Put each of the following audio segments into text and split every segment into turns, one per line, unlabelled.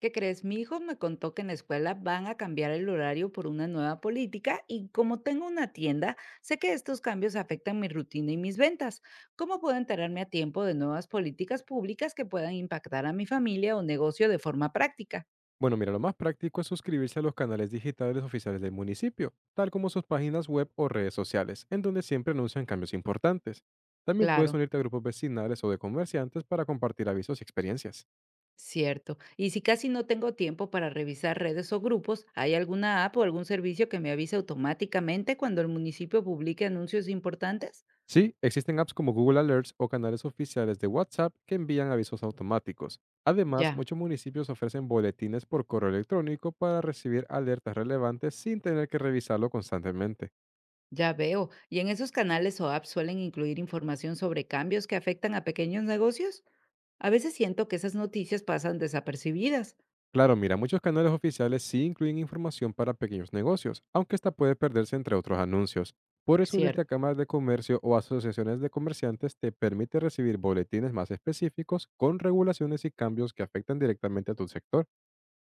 ¿Qué crees? Mi hijo me contó que en la escuela van a cambiar el horario por una nueva política y como tengo una tienda, sé que estos cambios afectan mi rutina y mis ventas. ¿Cómo puedo enterarme a tiempo de nuevas políticas públicas que puedan impactar a mi familia o negocio de forma práctica?
Bueno, mira, lo más práctico es suscribirse a los canales digitales oficiales del municipio, tal como sus páginas web o redes sociales, en donde siempre anuncian cambios importantes. También puedes
Claro,
unirte a grupos vecinales o de comerciantes para compartir avisos y experiencias.
cierto. Y si casi no tengo tiempo para revisar redes o grupos, ¿hay alguna app o algún servicio que me avise automáticamente cuando el municipio publique anuncios importantes?
Sí, existen apps como Google Alerts o canales oficiales de WhatsApp que envían avisos automáticos. Además,
Ya.
muchos municipios ofrecen boletines por correo electrónico para recibir alertas relevantes sin tener que revisarlo constantemente.
Ya veo. ¿Y en esos canales o apps suelen incluir información sobre cambios que afectan a pequeños negocios? A veces siento que esas noticias pasan desapercibidas.
Claro, mira, muchos canales oficiales sí incluyen información para pequeños negocios, aunque esta puede perderse entre otros anuncios. Por eso unirte
Cierto.
a cámaras de comercio o asociaciones de comerciantes te permite recibir boletines más específicos con regulaciones y cambios que afectan directamente a tu sector.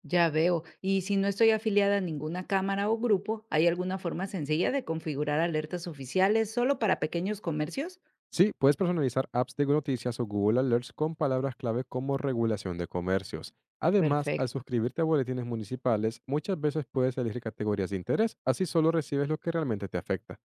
Ya veo. Y si no estoy afiliada a ninguna cámara o grupo, ¿hay alguna forma sencilla de configurar alertas oficiales solo para pequeños comercios?
Sí, puedes personalizar apps de noticias o Google Alerts con palabras clave como regulación de comercios. Además, al
Perfecto.
suscribirte a boletines municipales, muchas veces puedes elegir categorías de interés, así solo recibes lo que realmente te afecta.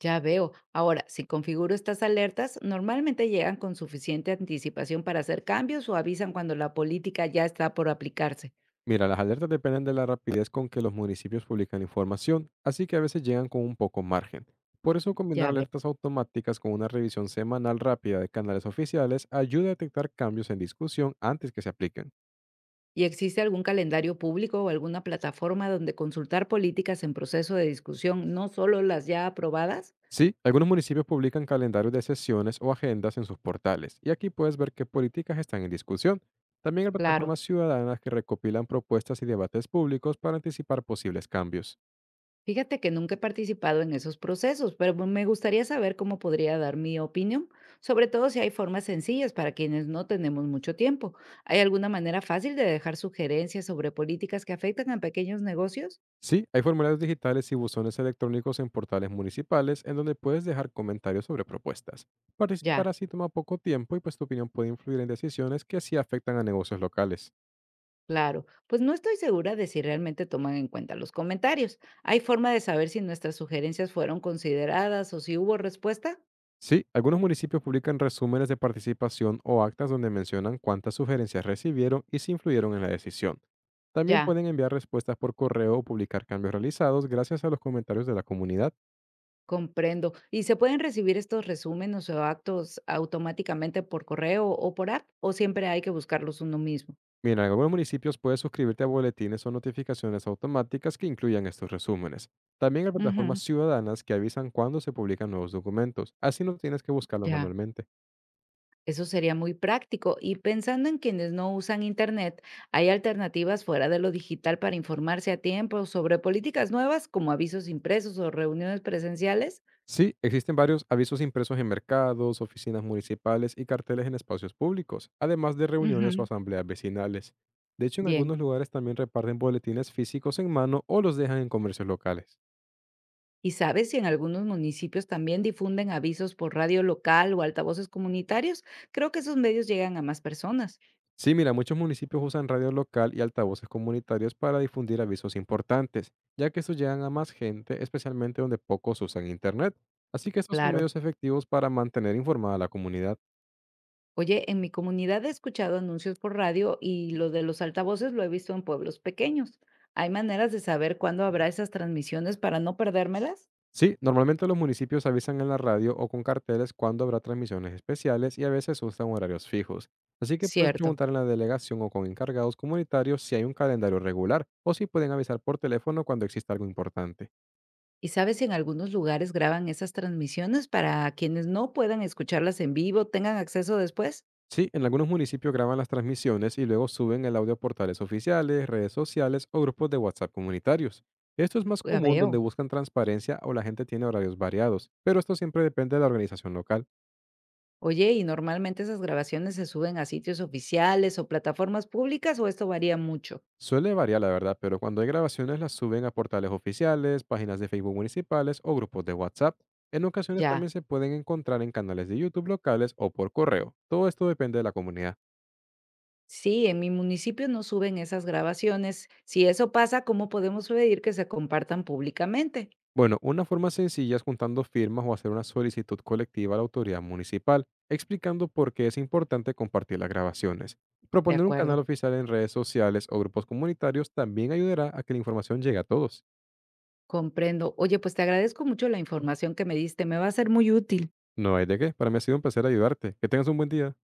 Ya veo. Ahora, si configuro estas alertas, normalmente llegan con suficiente anticipación para hacer cambios o avisan cuando la política ya está por aplicarse.
Mira, las alertas dependen de la rapidez con que los municipios publican información, así que a veces llegan con un poco margen. Por eso
Ya
combinar
veo.
alertas automáticas con una revisión semanal rápida de canales oficiales ayuda a detectar cambios en discusión antes que se apliquen.
¿Y existe algún calendario público o alguna plataforma donde consultar políticas en proceso de discusión, no solo las ya aprobadas?
Sí, algunos municipios publican calendarios de sesiones o agendas en sus portales, y aquí puedes ver qué políticas están en discusión. También hay
Claro,
plataformas ciudadanas que recopilan propuestas y debates públicos para anticipar posibles cambios.
fíjate que nunca he participado en esos procesos, pero me gustaría saber cómo podría dar mi opinión, sobre todo si hay formas sencillas para quienes no tenemos mucho tiempo. ¿Hay alguna manera fácil de dejar sugerencias sobre políticas que afectan a pequeños negocios?
Sí, hay formularios digitales y buzones electrónicos en portales municipales en donde puedes dejar comentarios sobre propuestas. Participar
Ya.
así toma poco tiempo y pues tu opinión puede influir en decisiones que sí afectan a negocios locales.
Claro, pues no estoy segura de si realmente toman en cuenta los comentarios. ¿Hay forma de saber si nuestras sugerencias fueron consideradas o si hubo respuesta?
Sí, algunos municipios publican resúmenes de participación o actas donde mencionan cuántas sugerencias recibieron y si influyeron en la decisión. También
Ya,
pueden enviar respuestas por correo o publicar cambios realizados gracias a los comentarios de la comunidad.
comprendo. ¿Y se pueden recibir estos resúmenes o actos automáticamente por correo o por app o siempre hay que buscarlos uno mismo?
Mira, en algunos municipios puedes suscribirte a boletines o notificaciones automáticas que incluyan estos resúmenes. También hay
Ujú,
plataformas ciudadanas que avisan cuando se publican nuevos documentos, así no tienes que buscarlos
ya,
manualmente.
eso sería muy práctico. Y pensando en quienes no usan Internet, ¿hay alternativas fuera de lo digital para informarse a tiempo sobre políticas nuevas como avisos impresos o reuniones presenciales?
Sí, existen varios avisos impresos en mercados, oficinas municipales y carteles en espacios públicos, además de reuniones o
Ujú.
asambleas vecinales. De hecho, en
Bien.
algunos lugares también reparten boletines físicos en mano o los dejan en comercios locales.
¿Y sabes si en algunos municipios también difunden avisos por radio local o altavoces comunitarios? Creo que esos medios llegan a más personas.
Sí, mira, muchos municipios usan radio local y altavoces comunitarios para difundir avisos importantes, ya que estos llegan a más gente, especialmente donde pocos usan internet. Así que estos son
Claro.
medios efectivos para mantener informada a la comunidad.
Oye, en mi comunidad he escuchado anuncios por radio y lo de los altavoces lo he visto en pueblos pequeños. ¿Hay maneras de saber cuándo habrá esas transmisiones para no perdérmelas?
Sí, normalmente los municipios avisan en la radio o con carteles cuando habrá transmisiones especiales y a veces usan horarios fijos. Así que puedes
Cierto.
preguntar en la delegación o con encargados comunitarios si hay un calendario regular o si pueden avisar por teléfono cuando exista algo importante.
¿Y sabes si en algunos lugares graban esas transmisiones para quienes no puedan escucharlas en vivo, tengan acceso después?
Sí, en algunos municipios graban las transmisiones y luego suben el audio a portales oficiales, redes sociales o grupos de WhatsApp comunitarios. Esto es más
Ya
común donde
veo.
buscan transparencia o la gente tiene horarios variados, pero esto siempre depende de la organización local.
Oye, ¿y normalmente esas grabaciones se suben a sitios oficiales o plataformas públicas o esto varía mucho?
Suele variar, la verdad, pero cuando hay grabaciones las suben a portales oficiales, páginas de Facebook municipales o grupos de WhatsApp. En ocasiones
Ya.
también se pueden encontrar en canales de YouTube locales o por correo. Todo esto depende de la comunidad.
Sí, en mi municipio no suben esas grabaciones. Si eso pasa, ¿cómo podemos pedir que se compartan públicamente?
Bueno, una forma sencilla es juntando firmas o hacer una solicitud colectiva a la autoridad municipal, explicando por qué es importante compartir las grabaciones.
De
Proponer un
acuerdo,
canal oficial en redes sociales o grupos comunitarios también ayudará a que la información llegue a todos.
comprendo. Oye, pues te agradezco mucho la información que me diste, me va a ser muy útil.
No hay de qué, para mí ha sido un placer ayudarte. Que tengas un buen día.